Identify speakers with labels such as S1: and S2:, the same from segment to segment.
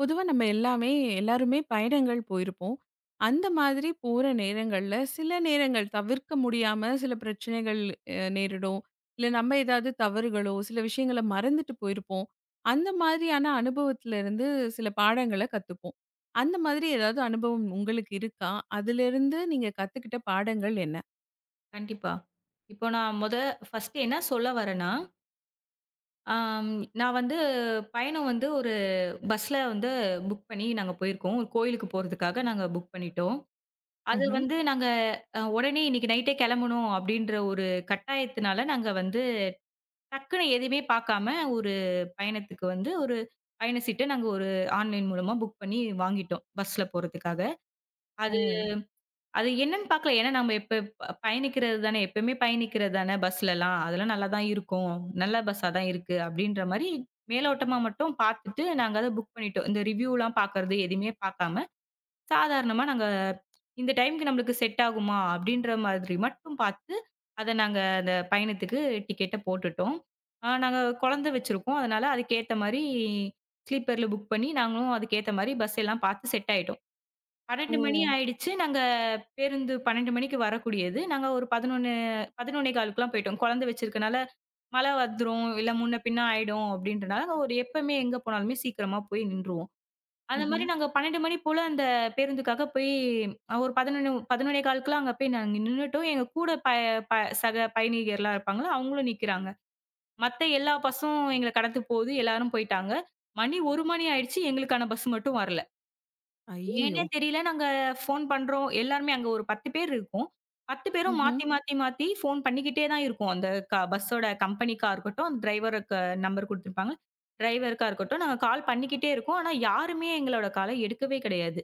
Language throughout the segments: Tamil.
S1: பொதுவா நம்ம எல்லாமே எல்லாருமே பயணங்கள் போயிருப்போம். அந்த மாதிரி போற நேரங்கள்ல, சில நேரங்கள் தவிர்க்க முடியாம சில பிரச்சனைகள் நேரிடும். இல்ல நம்ம ஏதாவது தவறுகளோ, சில விஷயங்கள மறந்துட்டு போயிருப்போம். அந்த மாதிரியான அனுபவத்துல இருந்து சில பாடங்கள கத்துப்போம். அந்த மாதிரி ஏதாவது அனுபவம் உங்களுக்கு இருக்கா? அதிலிருந்து நீங்க கத்துக்கிட்ட பாடங்கள் என்ன?
S2: கண்டிப்பா. இப்போ நான் ஃபர்ஸ்ட்டு என்ன சொல்ல வரேன்னா, ஆம் நான் வந்து பயணம் வந்து ஒரு பஸ்ல வந்து புக் பண்ணி நாங்க போயிருக்கோம். ஒரு கோயிலுக்கு போறதுக்காக நாங்க புக் பண்ணிட்டோம். அது
S1: ம்ஹ்ம்.
S2: வந்து நாங்க உடனே இன்னைக்கு நைட்டே கெளம்பணும் அப்டின்ற ஒரு கட்டாயத்தினால, நாங்க வந்து டக்குனு எதுவுமே பாக்காம ஒரு பயணத்துக்கு வந்து ஒரு பயண சீட்ட நாங்க ஒரு ஆன்லைன் மூலமா புக் பண்ணி வாங்கிட்டோம். பஸ்ல போறதுக்காக.
S1: ஓ!
S2: அது அது என்னன்னு பார்க்கல. ஏன்னா நம்ம இப்ப பயணிக்கிறது தானே, எப்பயுமே பயணிக்கிறது தானே பஸ்லலாம். அதெல்லாம் நல்லா தான் இருக்கும். நல்ல பஸ்ஸா தான் இருக்கு அப்படின்ற மாரி மேலோட்டமா மட்டும் பார்த்துட்டு, நாங்க அத புக் பண்ணிட்டோம். இந்த ரிவ்யூலாம் பார்க்கறது எதுவுமே பார்க்காம, சாதாரணமா நாங்க இந்த டைம்க்கு நம்மளுக்கு செட் ஆகுமா அப்படின்ற மாதிரி மட்டும் பார்த்து, அத நாங்க அந்த பயணத்துக்கு டிக்கெட்ட போட்டுட்டோம். நாங்க குழந்தை வச்சிருக்கோம். அதனால அதுக்கேத்த மாரி ஸ்லீப்பர்ல புக் பண்ணி, நாங்களும் அதுக்கேத்த மாரி பஸ் எல்லாம் பார்த்து செட் ஆயிட்டோம்.
S1: ஓ!
S2: 12 மணி ஆயிடுச்சு. நாங்க பேருந்து 12 மணிக்கு வரக்கூடியது. நாங்க ஒரு 11 11:15க்குலாம் போயிட்டோம். குழந்தை வச்சிருக்கனால, மழை வந்துரும், இல்ல முன்ன பின்ன ஆயிடும் அப்டின்றனால, நாங்க ஒரு எப்பவுமே எங்க போனாலுமே சீக்கிரமா போய் நின்றுவோம். அந்த
S1: ம்ஹ்ம்.
S2: மாரி நாங்க 12 மணி போல அந்த பேருந்துக்காக போய் ஒரு 11 11:15க்குலாம் அங்க போய் நாங்க நின்னுட்டோம். எங்க கூட ப ப சக பயணிகர்லாம் இருப்பாங்கல்ல, அவங்களும் நிக்கிறாங்க. மத்த எல்லா பஸ்ஸும் எங்கள கடந்து போகுது. எல்லாரும் போயிட்டாங்க. 1 மணி ஆயிடுச்சு. எங்களுக்கான பஸ் மட்டும் வரல. ஏன்னே
S1: ஐயய்யோ!
S2: தெரியல. நாங்க ஃபோன் பண்றோம். எல்லாருமே அங்க ஒரு 10 பேர் இருக்கோம். 10 பேரும்
S1: ம்ஹ்ம்.
S2: மாத்தி, மாத்தி, மாத்தி ஃபோன் பண்ணிக்கிட்டே தான் இருக்கோம். அந்த பஸ்ஸோட கம்பெனிக்கா இருக்கட்டும், அந்த டிரைவருக்கு நம்பர் குடுத்துருப்பாங்க. டிரைவருக்கா இருக்கட்டும், நாங்க கால் பண்ணிக்கிட்டே இருக்கோம். ஆனா யாருமே எங்களோட கால எடுக்கவே கிடையாது.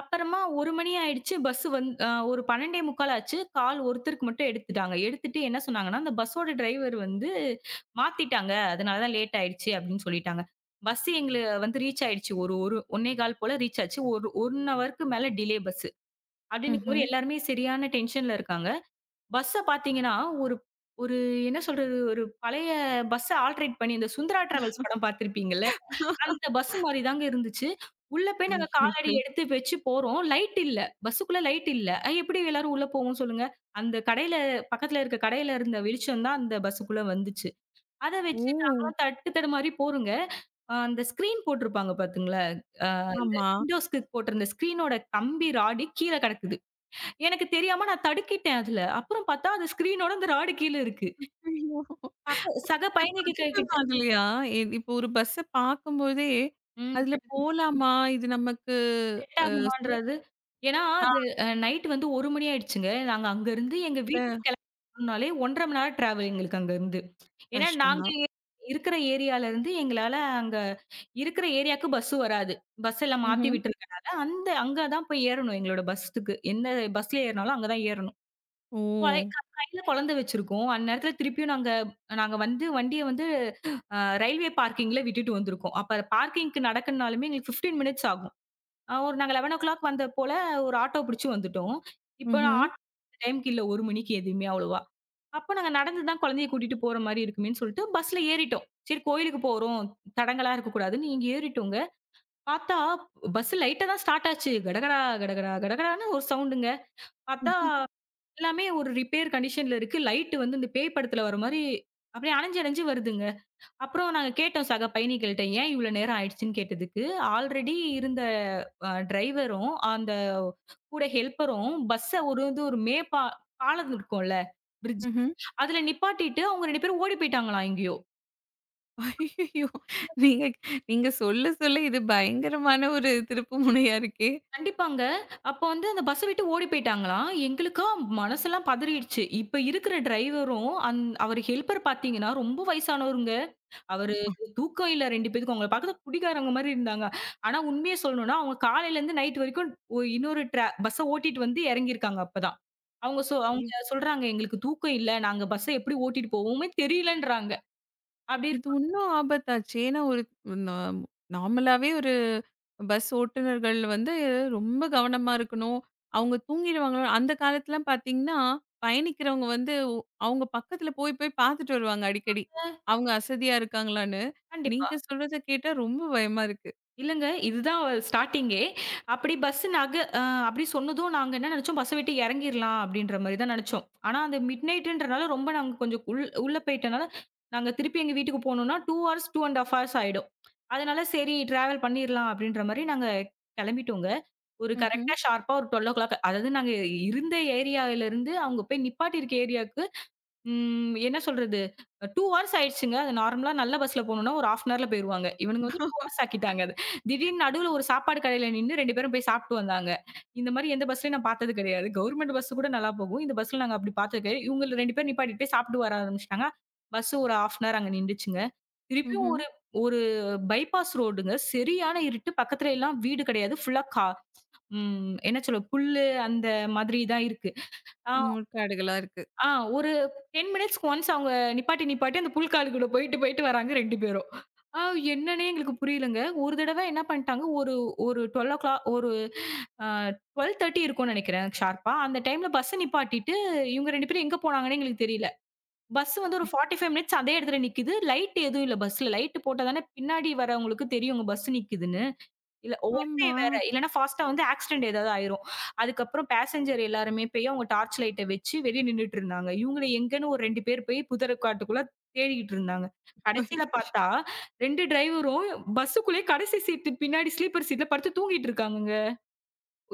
S2: அப்புறமா 1 மணி ஆயிடுச்சு. பஸ் வந் அ ஒரு 12:45 ஆச்சு. கால் ஒருத்தருக்கு மட்டும் எடுத்துட்டாங்க. எடுத்துட்டு என்ன சொன்னாங்கன்னா, அந்த பஸ்ஸோட டிரைவர் வந்து மாத்திட்டாங்க. அதனால தான் லேட் ஆயிடுச்சு அப்படின்னு சொல்லிட்டாங்க. பஸ் எங்கள வந்து ரீச் ஆயிடுச்சு. ஒரு ஒரு 1 1/4 போல ரீச் ஆச்சு. ஒரு 1 ஹவருக்கு மேல டிலே பஸ். அப்படின்னும்போது
S1: ம்ஹ்ம்.
S2: எல்லாருமே சரியான டென்ஷன்ல இருக்காங்க. பஸ்ஸ பார்த்தீங்கன்னா, ஒரு ஒரு என்ன சொல்றது? ஒரு பழைய பஸ்ஸ ஆல்டரேட் பண்ணி இந்த சுந்தரா டிராவல்ஸ் படம் பார்த்திருப்பீங்கல்ல? அந்த பஸ் மாரி தாங்க இருந்துச்சு. உள்ள போய் நாங்க காலடி
S1: ஐயய்யோ!
S2: எடுத்து வச்சு போறோம். லைட் இல்ல. பஸ்ஸுக்குள்ள லைட் இல்ல. எப்படி எல்லாரும் உள்ள போவோம் சொல்லுங்க? அந்த கடையில பக்கத்துல இருக்க கடையில இருந்த வெளிச்சம் தான் அந்த பஸ்ஸுக்குள்ள வந்துச்சு. அத
S1: ஓ!
S2: வச்சு நாங்களும் தட்டு தடுமாறி போறோங்க. அந்த ஸ்க்ரீன் போட்டிருப்பாங்க பாத்துங்களா? அ அந்த
S1: ஆமா.
S2: விண்டோஸ்க்கு போட்டிருந்த ஸ்க்ரீனோட கம்பி ராடு கீழ கிடக்குது. எனக்கு தெரியாம நான் தடுக்கிட்டேன் அதுல. அப்புறம் பாத்தா, அந்த ஸ்க்ரீனோட அந்த ராடு கீழ இருக்கு.
S1: ஐயோ!
S2: சக சக
S1: இது
S2: பயணிக
S1: பதட்டம்
S2: கிட்ட.
S1: ஆகலையா? இப்போ ஒரு பஸ்ஸ பார்க்கும்போதே,
S2: ம்.
S1: அதுல போலாமா? இது நமக்கு
S2: செட்
S1: அ சேஃப்
S2: ஆகுமான்றது ஏன்னா
S1: ஆ
S2: அது அ நைட் வந்து 1 மணி ஆயிடுச்சுங்க. நாங்க அங்கருந்து எங்க வீட்டுக்கு கிளம்பணும்னாலே 1 1/2 மணி நேரம் டிராவல் எங்களுக்கு அங்கருந்து. ஏன்னா
S1: கஷ்டம்
S2: நாங்க
S1: தான்.
S2: இருக்கிற ஏரியாலருந்து எங்களால அங்க இருக்கிற ஏரியாக்கு பஸ் வராது. பஸ் எல்லாம் மாத்தி
S1: ம்ஹ்ம்.
S2: விட்டுருக்கனால, அங்க தான் போய் ஏறணும் எங்களோட பஸ்ஸுக்கு. எந்த பஸ்ல ஏறினாலும் அங்க தான் ஏறணும்.
S1: ஓ!
S2: கொழ க கையில குழந்தை வச்சிருக்கோம். அந்நேரத்துல திருப்பியும் நாங்க நாங்க வந்து வண்டிய வந்து ரயில்வே பார்க்கிங்ல விட்டுட்டு வந்திருக்கோம். அப்ப பார்க்கிங்க்கு நடக்கணும்னாலுமே எங்களுக்கு 15 மினிட்ஸ் ஆகும். ஒரு நாங்க 11:00 வந்தது போல ஒரு ஆட்டோ புடிச்சு வந்துட்டோம். இப்ப
S1: ம்ஹ்ம்.
S2: ஆட்டோ டைம்க்கு இல்ல 1 மணிக்கு எதுவுமே அவ்வளவா. அப்ப நாங்க நடந்து தான் குழந்தைய கூட்டிட்டு போற மாரி இருக்குமேன்னு சொல்லிட்டு பஸ்ல ஏறிட்டோம். சரி கோயிலுக்கு போறோம். தடங்கலா இருக்கக்கூடாதுன்னு இங்க ஏறிட்டோங்க. பார்த்தா பஸ் லைட்டா தான் ஸ்டார்ட் ஆச்சு. கடகடா, கடகடா, கடகடான்னு ஒரு சவுண்டுங்க. பார்த்தா எல்லாமே ஒரு ரிப்பேர் கண்டிஷன்ல இருக்கு. லைட் வந்து இந்த பேய் படத்துல வர மாரி அப்படியே அணஞ்சு அணஞ்சு வருதுங்க. அப்புறம் நாங்க கேட்டோம் சக பயணிகள்ட்ட, ஏன் இவ்வளோ நேரம் ஆயிடுச்சுன்னு கேட்டதுக்கு, ஆல்ரெடி இருந்த டிரைவரும், அந்த கூட ஹெல்ப்பரும் பஸ்ஸ ஒரு வந்து ஒரு மேப்பா பாலம் இருக்கும்ல, பிரிட்ஜ்.
S1: ம்ஹ்ம்.
S2: அதுல நிப்பாட்டிட்டு அவங்க 2 பேரும் ஓடி போயிட்டாங்களாம் எங்கேயோ!
S1: ஐயய்யோ! நீங்க நீங்க சொல்ல சொல்ல இது பயங்கரமான ஒரு திருப்பு முனையா இருக்கே!
S2: கண்டிப்பாங்க. அப்ப வந்து அந்த பஸ்ஸ விட்டு ஓடி போயிட்டாங்களாம். எங்களுக்கா மனசெல்லாம் பதறிடுச்சு. இப்ப இருக்கிற டிரைவரும், அவரு ஹெல்ப்பர் பார்த்தீங்கன்னா, ரொம்ப வயசானவருங்க. அவரு தூக்கம் இல்ல 2 பேத்துக்கும். அவங்கள பார்க்கறதுக்கு குடிகாரங்க மாரி இருந்தாங்க. ஆனா உண்மைய சொல்லணும்னா, அவங்க காலையிலேருந்து நைட் வரைக்கும் ஒ இன்னொரு ட்ரா பஸ்ஸ ஓட்டிட்டு வந்து இறங்கியிருக்காங்க அப்பதான். அவங்க சொல்றாங்க, "எங்களுக்கு தூக்கம் இல்ல. நாங்க பஸ்ஸ எப்படி ஓட்டிட்டு போவோமே தெரியலன்றாங்க." அப்படி
S1: இது இன்னும் ஆபத்தாச்சு. ஏன்னா ஒரு நாம் நார்மலாவே ஒரு பஸ் ஓட்டுநர்கள் வந்து ரொம்ப கவனமா இருக்கணும். அவங்க தூங்கிடுவாங்களோ அந்த காலத்துலலாம் பார்த்தீங்கன்னா, பயணிக்கிறவங்க வந்து அவங்க பக்கத்துல போய் போய் பார்த்துட்டு வருவாங்க அடிக்கடி.
S2: இருக்க
S1: அவங்க அசதியா இருக்காங்களான்னு.
S2: கண்டிப்பா.
S1: நீங்க சொல்றத கேட்டா ரொம்ப பயமா இருக்கு.
S2: இல்லங்க. இதுதான் ஸ்டார்ட்டிங்கே. அப்படி பஸ் நாங்க அ அப்படி சொன்னதும் நாங்க என்ன நெனச்சோம், பஸ்ஸ விட்டு எறங்கிர்லாம் அப்படின்ற மாரி தான் நெனச்சோம். ஆனா அந்த மிட் நைட்ன்றனால ரொம்ப நாங்க கொஞ்சம் உள்ள போயிட்டனால, நாங்க திருப்பி எங்க வீட்டுக்கு போணும்னா 2 ஹார்ஸ் 2 1/2 ஹார்ஸ் ஆயிடும். அதனால சரி டிராவல் பண்ணிர்லாம் அப்படின்ற மாரி நாங்க கெளம்பிட்டோங்க. ஒரு
S1: ம்ஹ்ம்.
S2: கரெக்ட்டா ஷார்ப்பா ஒரு 12:00 அதாவது நாங்க இருந்த ஏரியாவிலருந்து அவங்க போய் நிப்பாட்டியிருக்க ஏரியாக்கு. ம். என்ன சொல்றது? 2 ஹார்ஸ் ஆயிடுச்சுங்க. அது நார்மலா நல்ல பஸ்ல போணும்னா ஒரு 1/2 அன் ஹவர்ல போயிருவாங்க. இவனுங்க வந்து 2 ஹார்ஸ் ஆக்கிட்டாங்க அத. திடீர்னு நடுவுல ஒரு சாப்பாடு கடையில நின்னு 2 பேரும் போய் சாப்ட்டு வந்தாங்க. இந்த மாரி எந்த பஸ்லயும் நான் பார்த்தது கிடையாது. கவர்மெண்ட் பஸ் கூட நல்லா போகும். இந்த பஸ்ல நாங்க அப்படி பார்த்தது கிடையாது. இவங்கள 2 பேரும் நிப்பாட்டிட்டு போய் சாப்ட்டு வர ஆரம்பிச்சுட்டாங்க. பஸ் ஒரு 1/2 அன் ஹவர் அங்க நின்டுச்சுங்க. திருப்பியும்
S1: ம்ஹ்ம்.
S2: ஒரு ஒரு பைபாஸ் ரோடுங்க. சரியான இருட்டு. பக்கத்துல எல்லாம் வீடு கிடையாது. ஃபுல்லா கா ம் என்ன சொல்ல புல்லு அந்த மாதிரி தான் இருக்கு. ஆ
S1: முற்காடுகளா இருக்கு.
S2: ஆ ஒரு 10 மினிட்ஸ்க்கு ஒன்ஸ் அவங்க நிப்பாட்டி, நிப்பாட்டி அந்த புல்காலுக்குள்ள போயிட்டு, போயிட்டு வராங்க 2 பேரும். ஆ என்னன்னே எங்களுக்கு புரியலங்க. ஒரு தடவ என்ன பண்ணிட்டாங்க, ஒரு ஒரு 12:00 ஒரு அ 12:30 இருக்கும்னு நெனைக்கிறேன் ஷார்ப்பா. அந்த டைம்ல பஸ்ஸ நிப்பாட்டிட்டு, இவங்க 2 பேரும் எங்க போனாங்கன்னே எங்களுக்கு தெரியல. பஸ் வந்து ஒரு 45 மினிட்ஸ் அதே இடத்துல நிக்குது. லைட் எதுவும் இல்ல பஸ்ல. லைட் போட்டா தானே பின்னாடி வரவங்களுக்கு தெரியும், உங்க பஸ் நிக்குதுன்னு. இல்ல ஒர்க்டே
S1: ஆமா.
S2: வேற. இல்லன்னா ஃபாஸ்ட்டா வந்து ஆக்சிடென்ட் ஏதாவது ஆயிரும். அதுக்கப்புறம் பேசஞ்சர் எல்லாருமே போய் அவங்க டார்ச் லைட்ட வச்சு வெளிய நின்னுட்டு இருந்தாங்க. இவங்கள எங்கன்னு ஒரு 2 பேர் போய் புதர் காட்டுக்குள்ள தேடிக்கிட்டு இருந்தாங்க. கடைசியில
S1: ஐயோ!
S2: பார்த்தா 2 டிரைவரும் பஸ்ஸுக்குள்ளயே கடைசி சீட்டு பின்னாடி ஸ்லீப்பர் சீட்ல படுத்து தூங்கிட்டு இருக்காங்கங்க.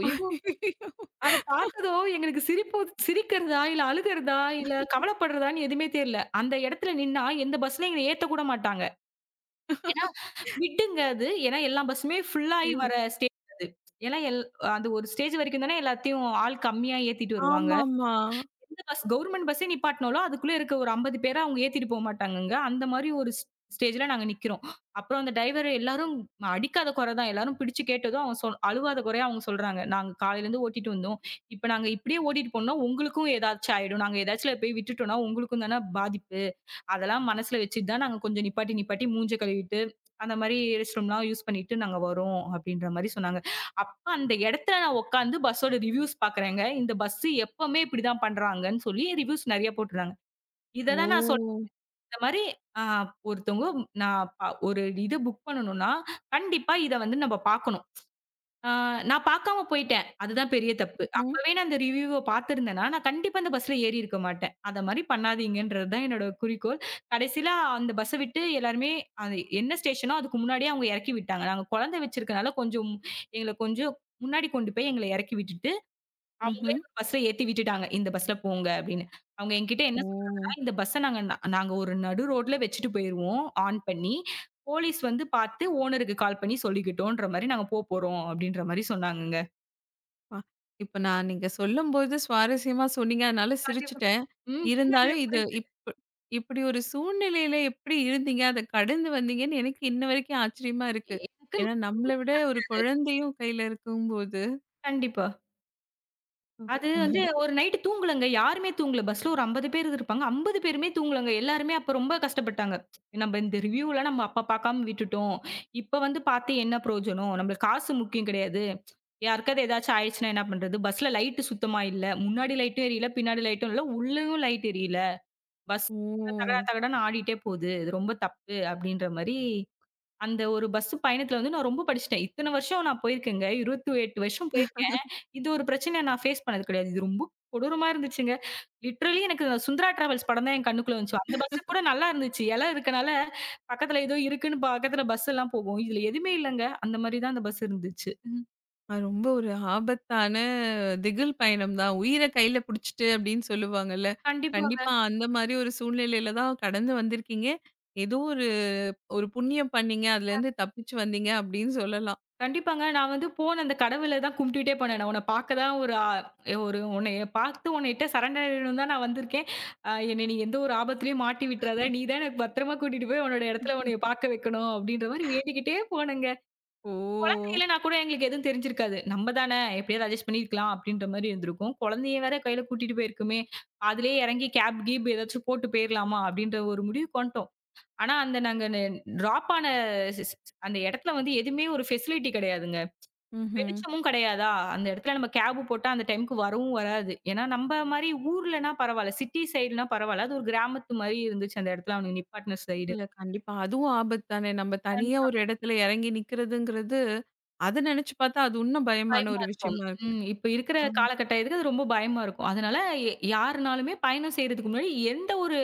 S2: ஐயோ!
S1: ஐயயோ!
S2: அத பார்த்ததும் எங்களுக்கு சிரிப்பு சிரிக்கிறதா, இல்ல அழுகிறதா, இல்ல கவலைப்படுறதான்னு எதுவுமே தெரியல. அந்த இடத்துல நின்னா எந்த பஸ்லயும் எங்கள ஏத்தக்கூட மாட்டாங்க. ஏன்னா மிட்டுங்க அது. ஏன்னா எல்லா பஸ்ஸுமே ஃபுல் ஆயி ம்.
S1: ம்.
S2: வர ஸ்டேஜ் அது. ஏன்னா எல் அந்த ஒரு ஸ்டேஜ் வரைக்கும் தானே எல்லாத்தையும் ஆள் கம்மியா ஏத்திட்டு வருவாங்க.
S1: ஆமாமா.
S2: எந்த பஸ் கவர்மெண்ட் பஸ்ஸே நிப்பாட்னாலும், அதுக்குள்ள இருக்க ஒரு 50 பேர அவங்க ஏத்திட்டு போ மாட்டாங்கங்க. அந்த மாரி ஒரு ஸ் ஸ்டேஜ்ல நாங்க நிக்கிறோம். அப்புறம் அந்த டிரைவர் எல்லாரும் அடிக்காத குறை தான். எல்லாரும் பிடிச்சு கேட்டதும் அவங்க சொல் அழுவாத குறையா அவங்க சொல்றாங்க. "நாங்க காலையிலருந்து ஓட்டிட்டு வந்தோம். இப்ப நாங்க இப்படியே ஓட்டிட்டு போனோம்னா, உங்களுக்கும் ஏதாச்சும் ஆயிடும். நாங்க ஏதாச்சுல போய் விட்டுட்டோம்னா, உங்களுக்கும் தானே பாதிப்பு." அதெல்லாம் மனசுல வச்சுட்டு தான் நாங்க கொஞ்சம் நிப்பாட்டி, நிப்பாட்டி மூஞ்ச கழுவிட்டு, அந்த மாரி ரெஸ்ட் ரூம்லாம் யூஸ் பண்ணிட்டு நாங்க வரோம் அப்டின்ற மாரி சொன்னாங்க. அப்ப அந்த இடத்துல நான் உட்காந்து பஸ்ஸோட ரிவ்யூஸ் பார்க்குறேங்க. இந்த பஸ் எப்பவுமே இப்டிதான் பண்றாங்கன்னு சொல்லி ரிவ்யூஸ் நெறைய போட்டுருந்தாங்க. இத தான் நான் சொல்றேன்.
S1: ஓ!
S2: இந்த மாரி அ ஒருத்தவங்க நான் ப ஒரு இது புக் பண்ணணும்னா, கண்டிப்பா இத வந்து நம்ம பார்க்கணும். ஆ நான் பாக்காம போயிட்டேன். அதுதான் பெரிய தப்பு.
S1: ம்ஹ்ம்.
S2: அப்பவே நான் அந்த ரிவ்யூவ பாத்திருந்தேன்னா, நான் கண்டிப்பா அந்த பஸ்ல ஏறி இருக்க மாட்டேன். அத மாரி பண்ணாதீங்கன்றது தான் என்னோட குறிக்கோள். கடைசில அந்த பஸ்ஸ விட்டு எல்லாருமே அது என்ன ஸ்டேஷனோ அதுக்கு முன்னாடியே அவங்க எறக்கி விட்டாங்க. நாங்க குழந்தை வச்சிருக்கனால கொஞ்சம் எங்கள கொஞ்சம் முன்னாடி கொண்டு போய் எங்கள எறக்கி விட்டுட்டாங்க. அவங்களே
S1: ம்ஹ்ம்.
S2: ஒரு பஸ்ல ஏத்தி விட்டுட்டாங்க. இந்த பஸ்ல போங்க அப்படின்னு. அவங்க என்கிட்ட என்ன
S1: ஓ!
S2: சொன்னாங்கன்னா, இந்த பஸ்ஸ நாங்க ஒரு நடு ரோட்ல வச்சுட்டு போயிருவோம் ஆன் பண்ணி. போலீஸ் வந்து பார்த்து ஓனருக்கு கால் பண்ணி சொல்லிக்கிட்டோன்ற மாரி நாங்க போறோம் அப்படின்ற மாரி சொன்னாங்கங்க.
S1: பா இப்ப நான் நீங்க சொல்லும்போது சுவாரஸ்யமா சொன்னீங்க. அதனால
S2: கண்டிப்பா.
S1: சிரிச்சுட்டேன்.
S2: ம். இல்லங்க
S1: இருந்தாலும் இது
S2: புரியுது.
S1: இப் இப்படி ஒரு சூழ்நிலையில எப்படி இருந்தீங்க? அத கடந்து வந்தீங்கன்னு எனக்கு இன்ன வரைக்கும் ஆச்சரியமா இருக்கு.
S2: எனக்கு
S1: ஏன்னா நம்மள விட ஒரு குழந்தையும் கையில இருக்கும்போது
S2: கண்டிப்பா. அது வந்து ஒரு நைட்டு தூங்கலங்க. யாருமே தூங்கல. பஸ்ல ஒரு 50 பேர் இருப்பாங்க. 50 பேருமே தூங்கலங்க. எல்லாருமே அப்ப ரொம்ப கஷ்டப்பட்டாங்க. நம்ம இந்த ரிவ்யூலாம் நம்ம அப்ப பார்க்காம விட்டுட்டோம். இப்ப வந்து பார்த்து என்ன பிரயோஜனம்? நம்மளுக்கு காசு முக்கியம் கிடையாது. யாருக்காவது ஏதாச்சும் ஆயிடுச்சுன்னா என்ன பண்றது? பஸ்ல லைட்டு சுத்தமா இல்ல. முன்னாடி லைட்டும் எரியல, பின்னாடி லைட்டும் இல்ல. உள்ளயும் லைட் எரியல. பஸ் தகடா
S1: ஓ!
S2: தகடான்னு ஆடிட்டே போகுது. இது ரொம்ப தப்பு அப்படின்ற மாரி, அந்த ஒரு பஸ் பயணத்துல வந்து நான் ரொம்ப படிச்சுட்டேன். இத்தன வருஷம் நான் போயிருக்கேங்க. 28 வருஷம் போயிருக்கேன். இது ஒரு பிரச்சனைய நான் ஃபேஸ் பண்ணது கிடையாது. இது ரொம்ப கொடூரமா இருந்துச்சுங்க. லிட்டரலி எனக்கு சுந்தரா டிராவல்ஸ் படம் தான் என் கண்ணுக்குள்ள வந்துச்சு. அந்த பஸ் கூட நல்லா இருந்துச்சு. இருக்கனால பக்கத்துல ஏதோ இருக்குன்னு பக்கத்துல பஸ் எல்லாம் போகும். இதுல எதுவுமே இல்லங்க. அந்த மாரி தான் அந்த பஸ் இருந்துச்சு. ம்.
S1: அது ரொம்ப ஒரு ஆபத்தான திகில் பயணம் தான். "உயிர கையில புடிச்சுட்டு" அப்படின்னு சொல்லுவாங்கல்ல.
S2: கண்டிப்பாங்க,
S1: கண்டிப்பா அந்த மாரி ஒரு சூழ்நிலையில தான் கடந்து வந்திருக்கீங்க. ஏதோ ஒரு ஒரு புண்ணியம் பண்ணீங்க. அதுலேருந்து தப்பிச்சு வந்தீங்க அப்படின்னு சொல்லலாம்.
S2: கண்டிப்பாங்க. நான் வந்து போன அந்த கடவுள தான் கும்பிட்டுட்டே போனேன். நான் உன்ன பாக்க தான் ஒரு அ ஒரு உன்னைய பார்த்து உன்கிட்ட சரண்டர் ஆயிடணும்னு தான் நான் வந்திருக்கேன். என்னை நீ எந்த ஒரு ஆபத்துலயும் மாட்டி விட்டுறாத. நீ தான் எனக்கு பத்திரமா கூட்டிட்டு போய் உன்னோட இடத்துல உன்னைய பார்க்க வைக்கணும். அப்படின்ற மாரி வேண்டிக்கிட்டே போனேங்க.
S1: ஓ!
S2: குழந்தை இல்லன்னா கூட எங்களுக்கு எதுவும் தெரிஞ்சிருக்காது. நம்ம தானே எப்படியாவது அட்ஜஸ்ட் பண்ணியிருக்கலாம் அப்படின்ற மாரி இருந்திருக்கும். குழந்தைய வேற கையில கூட்டிட்டு போயிருக்கோமே! அதிலேயே இறங்கி கேப், கீப் ஏதாச்சும் போட்டு போயிரலாமா அப்படின்ற ஒரு முடிவுக்கு வந்துட்டோம். ஆனா, அந்த நாங்க ந டிராப் ஆன ஸ் ஸ் ஸ்- அந்த இடத்துல வந்து எதுவுமே ஒரு ஃபெசிலிட்டி கிடையாதுங்க.
S1: ம்ஹ்ம்.
S2: வெளிச்சமும் கிடையாதா, அந்த இடத்துல நம்ம கேப் போட்டா அந்த டைம்க்கு வரவும் வராது. ஏன்னா, நம்ப மாரி ஊர்லனா பரவால்ல. சிட்டி சைடுனா பரவால்ல. அது ஒரு கிராமத்து மாரி இருந்துச்சு அந்த இடத்துல அவனுங்க நிப்பாட்டின சைடு.
S1: இல்ல கண்டிப்பா. அதுவும் ஆபத்து தானே. நம்ம தனியா ஒரு இடத்துல இறங்கி நிக்கிறதுங்கிறது, அத நினைச்சு பார்த்தா அது உன்னும் பயமான
S2: பயமா
S1: ஒரு
S2: இருக்கும்.
S1: விஷயமா இருக்கு.
S2: ம். இப்ப இருக்கிற
S1: ஆ.
S2: காலகட்டத்துக்கு அது ரொம்ப பயமா இருக்கும். அதனால யாருனாலுமே பயணம் செய்றதுக்கு முன்னாடி எந்த ஒரு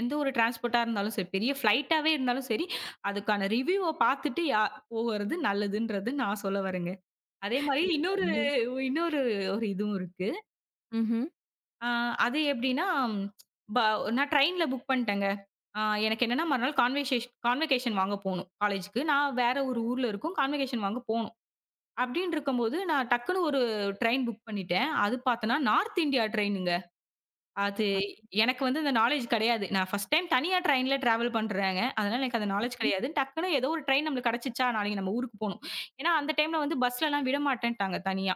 S2: எந்த ஒரு டிரான்ஸ்போர்ட்டா இருந்தாலும் சரி, பெரிய ஃப்ளைட்டாவே இருந்தாலும் சரி, அதுக்கான ரிவ்யூவ பார்த்துட்டு போகுறது நல்லதுன்றது நான் சொல்ல வரேங்க. அதே மாரி
S1: இது
S2: இன்னொரு
S1: கண்டிப்பா.
S2: இன்னொரு ஒரு இதுவும் இருக்கு.
S1: ம்ஹ்ம்.
S2: ஆ அது எப்படின்னா, ம், ப நான் ட்ரெயின்ல புக் பண்ணிட்டேங்க. ஆ எனக்கு என்னன்னா மறுநாள் கான்வகேஷன் வாங்க போணும் காலேஜுக்கு. நான் வேற ஒரு ஊர்ல இருக்கோம். கான்வகேஷன் வாங்க போணும். அப்படின்னு இருக்கும்போது, நான் டக்குனு ஒரு ட்ரெயின் புக் பண்ணிட்டேன். அது பார்த்தன்னா, நார்த் இந்தியா ட்ரெயினுங்க. அது எனக்கு வந்து அந்த நாலேட்ஜ் கிடையாது. நான் ஃபர்ஸ்ட் டைம் தனியா ட்ரெயின்ல டிராவல் பண்றேங்க. அதனால எனக்கு அந்த நாலேட்ஜ் கிடையாது. டக்குனு ஏதோ ஒரு ட்ரெயின் நம்மளுக்கு கிடைச்சிச்சா, நாளைக்கு நம்ம ஊருக்கு போணும். ஏன்னா, அந்த டைம்ல வந்து பஸ்லலாம் விடமாட்டேன்ட்டாங்க தனியா.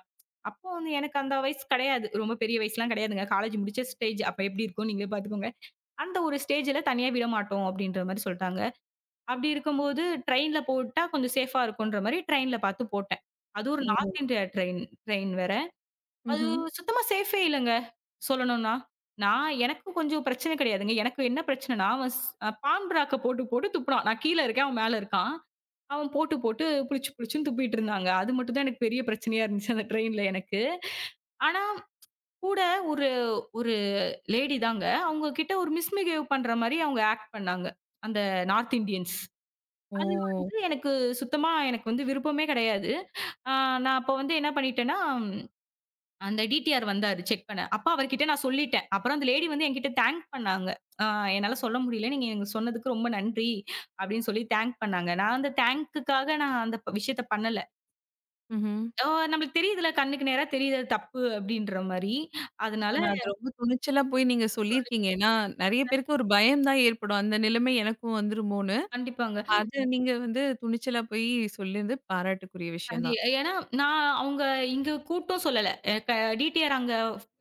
S2: அப்போ வந்து எனக்கு அந்த வயசு கிடையாது. ரொம்ப பெரிய வயசுலாம் கிடையாதுங்க. காலேஜ் முடிச்ச ஸ்டேஜ். அப்ப எப்படி இருக்கும்னு நீங்களே பார்த்துக்கோங்க. அந்த ஒரு ஸ்டேஜ்ல தனியா விடமாட்டோம் அப்படின்ற மாரி சொல்ட்டாங்க. அப்படி இருக்கும்போது, ட்ரெயின்ல போட்டா கொஞ்சம் சேஃபா இருக்குன்ற மாரி ட்ரெயின்ல பாத்து போட்டேன். அது ஒரு
S1: ஓ!
S2: நார்த் இந்தியா ட்ரெயின் ட்ரெயின் வேற. அது
S1: ம்ஹ்ம்.
S2: சுத்தமா சேஃபே இல்லங்க, சொல்லணும்னா. நான் எனக்கும் கொஞ்சம் பிரச்சனை கிடையாதுங்க. எனக்கு என்ன பிரச்சனைன்னா, அவன் ஸ் அ பான் பிராக்க போட்டு போட்டு துப்புனான். நான் கீழ இருக்கேன், அவன் மேல இருக்கான். அவன் போட்டு போட்டு புளிச்சு புளிச்சுன்னு துப்பிட்டு இருந்தாங்க. அது மட்டும் தான் எனக்கு பெரிய பிரச்சனையா இருந்துச்சு அந்த ட்ரெயின்ல எனக்கு. ஆனா, கூட ஒரு ஒரு லேடி தாங்க. அவங்க கிட்ட ஒரு மிஸ்பிஹேவ் பண்ற மாரி அவங்க ஆக்ட் பண்ணாங்க. அந்த நார்த் இந்தியன்ஸ். அது
S1: ஓ!
S2: வந்து எனக்கு சுத்தமா எனக்கு வந்து விருப்பமே கிடையாது. ஆ நான் அப்ப வந்து என்ன பண்ணிட்டேன்னா, அந்த டிடிஆர் வந்தாரு செக் பண்ண. அப்ப அவர்கிட்ட நான் சொல்லிட்டேன். அப்புறம் அந்த லேடி வந்து என்கிட்ட தேங்க் பண்ணாங்க. "ஆ என்னால சொல்ல முடியல. நீங்க எனக்கு சொன்னதுக்கு ரொம்ப நன்றி." அப்படின்னு சொல்லி தேங்க் பண்ணாங்க. நான் அந்த தேங்க்குக்காக நான் அந்த ப விஷயத்த பண்ணல.
S1: ம்ஹ்ம்.
S2: நம்மளுக்கு தெரியுதுல்ல, கண்ணுக்கு நேரா தெரியுது அது தப்பு அப்படின்ற மாரி. அதனால
S1: ஆனா, அது ரொம்ப துணிச்சலா போய் நீங்க
S2: சொல்லி
S1: சொல்லியிருக்கீங்க. ஏன்னா, நெறைய பேருக்கு ஒரு பயம் தான் ஏற்படும். அந்த நிலைமை எனக்கும் வந்துருமோன்னு.
S2: கண்டிப்பாங்க.
S1: அது நீங்க வந்து துணிச்சலா போய் சொல்லினது பாராட்டுக்குரிய விஷயம்
S2: கண்டி
S1: தான்.
S2: ஏன்னா, நான் அவங்க இங்க கூட்டும் சொல்லல. அ க டிடிஆர் அங்க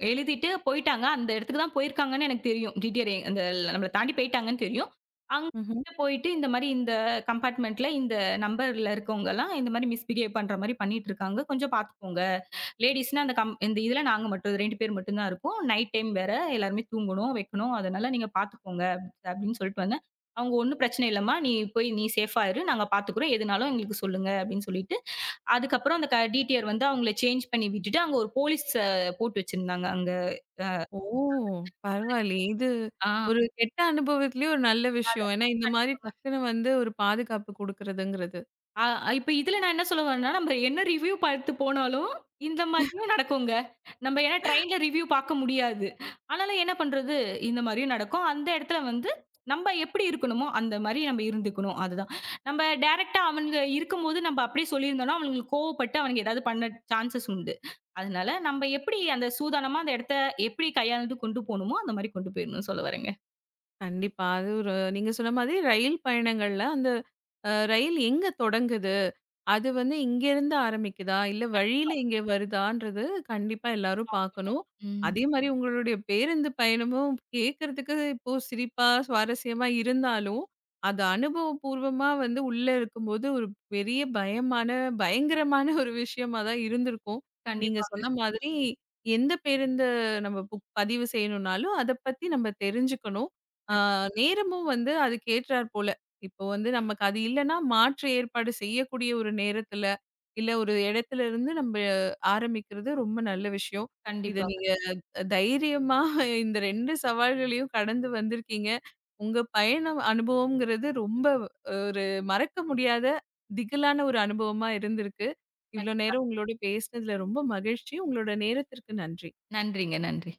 S2: எழுதிட்டு போயிட்டாங்க. அந்த இடத்துக்கு தான் போயிருக்காங்கன்னு எனக்கு தெரியும். டிடிஆர் நம்மள தாண்டி போயிட்டாங்கன்னு தெரியும். அங்க
S1: ம்ஹ்ம்.
S2: போயிட்டு இந்த மாரி இந்த கம்பார்ட்மென்ட்ல இந்த நம்பர்ல இருக்கவங்கலாம் இந்த மாரி மிஸ்பிஹேவ் பண்ற மாரி பண்ணிட்டு இருக்காங்க. கொஞ்சம் பார்த்துக்கோங்க. லேடீஸ்னா அந்த கம் இந்த இதுல நாங்க மட்டும் 2 பேர் மட்டும் தான் இருக்கோம். நைட் டைம் வேற எல்லாருமே தூங்கணும், வைக்கணும். அதனால நீங்க பார்த்துக்கோங்க அப்படின்னு சொல்லிட்டு வந்தேன். அவங்க ஒண்ணும் பிரச்சனை இல்லம்மா. நீ போய் நீ சேஃபா இரு. நாங்க பார்த்துக்கிறோம். எதுனாலும் எங்களுக்கு சொல்லுங்க அப்படின்னு சொல்லிட்டு அதுக்கப்புறம் அந்த க டிடிஆர் வந்து அவங்கள சேஞ்ச் பண்ணி விட்டுட்டு, அங்க ஒரு போலீஸ் போட்டு வச்சிருந்தாங்க. அங்க அ
S1: ஓ! பரவாயில்லையே. இது
S2: ஆ.
S1: ஒரு கெட்ட அனுபவத்திலயும் ஒரு நல்ல
S2: அதால
S1: விஷயம். ஏன்னா, இந்த மாரி
S2: கண்டிப்பா.
S1: டக்குனு வந்து ஒரு பாதுகாப்பு குடுக்குறதுங்கிறது.
S2: ஆ இப்ப இதுல நான் என்ன சொல்ல வரேன்னா, நம்ம என்ன ரிவ்யூ பார்த்து போனாலும், இந்த மாரியும் நடக்குங்க. நம்ம ஏன்னா ட்ரெயின்ல ரிவ்யூ பார்க்க முடியாது. ஆனாலும் என்ன பண்றது? இந்த மாரியும் நடக்கும். அந்த இடத்துல வந்து நம்ம எப்படி இருக்கணுமோ, அந்த மாரி நம்ம இருந்துக்கணும். அதுதான். நம்ம டைரக்ட்டா அவனுங்க இருக்கும்போது நம்ம அப்படியே சொல்லியிருந்தோம்னா, அவனுங்களுக்கு கோவப்பட்டு அவனுங்க ஏதாவது பண்ண சான்சஸ் உண்டு. அதனால நம்ம எப்படி அந்த சூதானமா அந்த இடத்த எப்படி கையாண்டு கொண்டு போணுமோ, அந்த மாரி கொண்டு போயிரணும்னு சொல்ல வரேங்க.
S1: கண்டிப்பா. அது ஒரு நீங்க சொன்ன மாதிரி ரயில் பயணங்கள்ல அந்த ரயில் எங்க தொடங்குது? அது வந்து இங்கேருந்து ஆரம்பிக்குதா? இல்ல
S2: கண்டிப்பா.
S1: வழியில இங்க வருதான்றது கண்டிப்பா எல்லாரும்
S2: பார்க்கணும்.
S1: பார்க்கணும்.
S2: ம்.
S1: அதே மாரி உங்களுடைய பேருந்து பயணமும் கேட்கறதுக்கு இப்போ சிரிப்பா, சுவாரஸ்யமா இருந்தாலும், அது அனுபவபூர்வமா வந்து உள்ள இருக்கும்போது ஒரு பெரிய பயமான பயங்கரமான ஒரு விஷயமா தான் இருந்திருக்கும். நீங்க
S2: கண்டிப்பாங்க.
S1: சொன்ன மாதிரி எந்த பேருந்த நம்ம புக் பதிவு செய்யணும்னாலும், அத பத்தி நம்ம தெரிஞ்சுக்கணும். ஆ
S2: கண்டிப்
S1: நேரமும் வந்து அதுக்கு ஏற்றாற்போல இப்போ வந்து நமக்கு அது இல்லன்னா, மாற்று ஏற்பாடு செய்யக்கூடிய ஒரு நேரத்துல, இல்ல ஒரு இடத்துல இருந்து நம்ப ஆரம்பிக்கிறது ரொம்ப நல்ல விஷயம். இத
S2: கண்டிப்பாங்க.
S1: நீங்க தைரியமா இந்த 2 சவால்களையும் கடந்து வந்திருக்கீங்க. உங்க பயணம் அனுபவம்ங்கிறது ரொம்ப ஒரு மறக்க முடியாத திகிலான ஒரு அனுபவமா இருந்திருக்கு. இவ்ளோ
S2: கண்டிப்பா.
S1: நேரம் உங்களோட பேசினதுல ரொம்ப மகிழ்ச்சி. உங்களோட நேரத்திற்கு நன்றி.
S2: நன்றிங்க. நன்றி.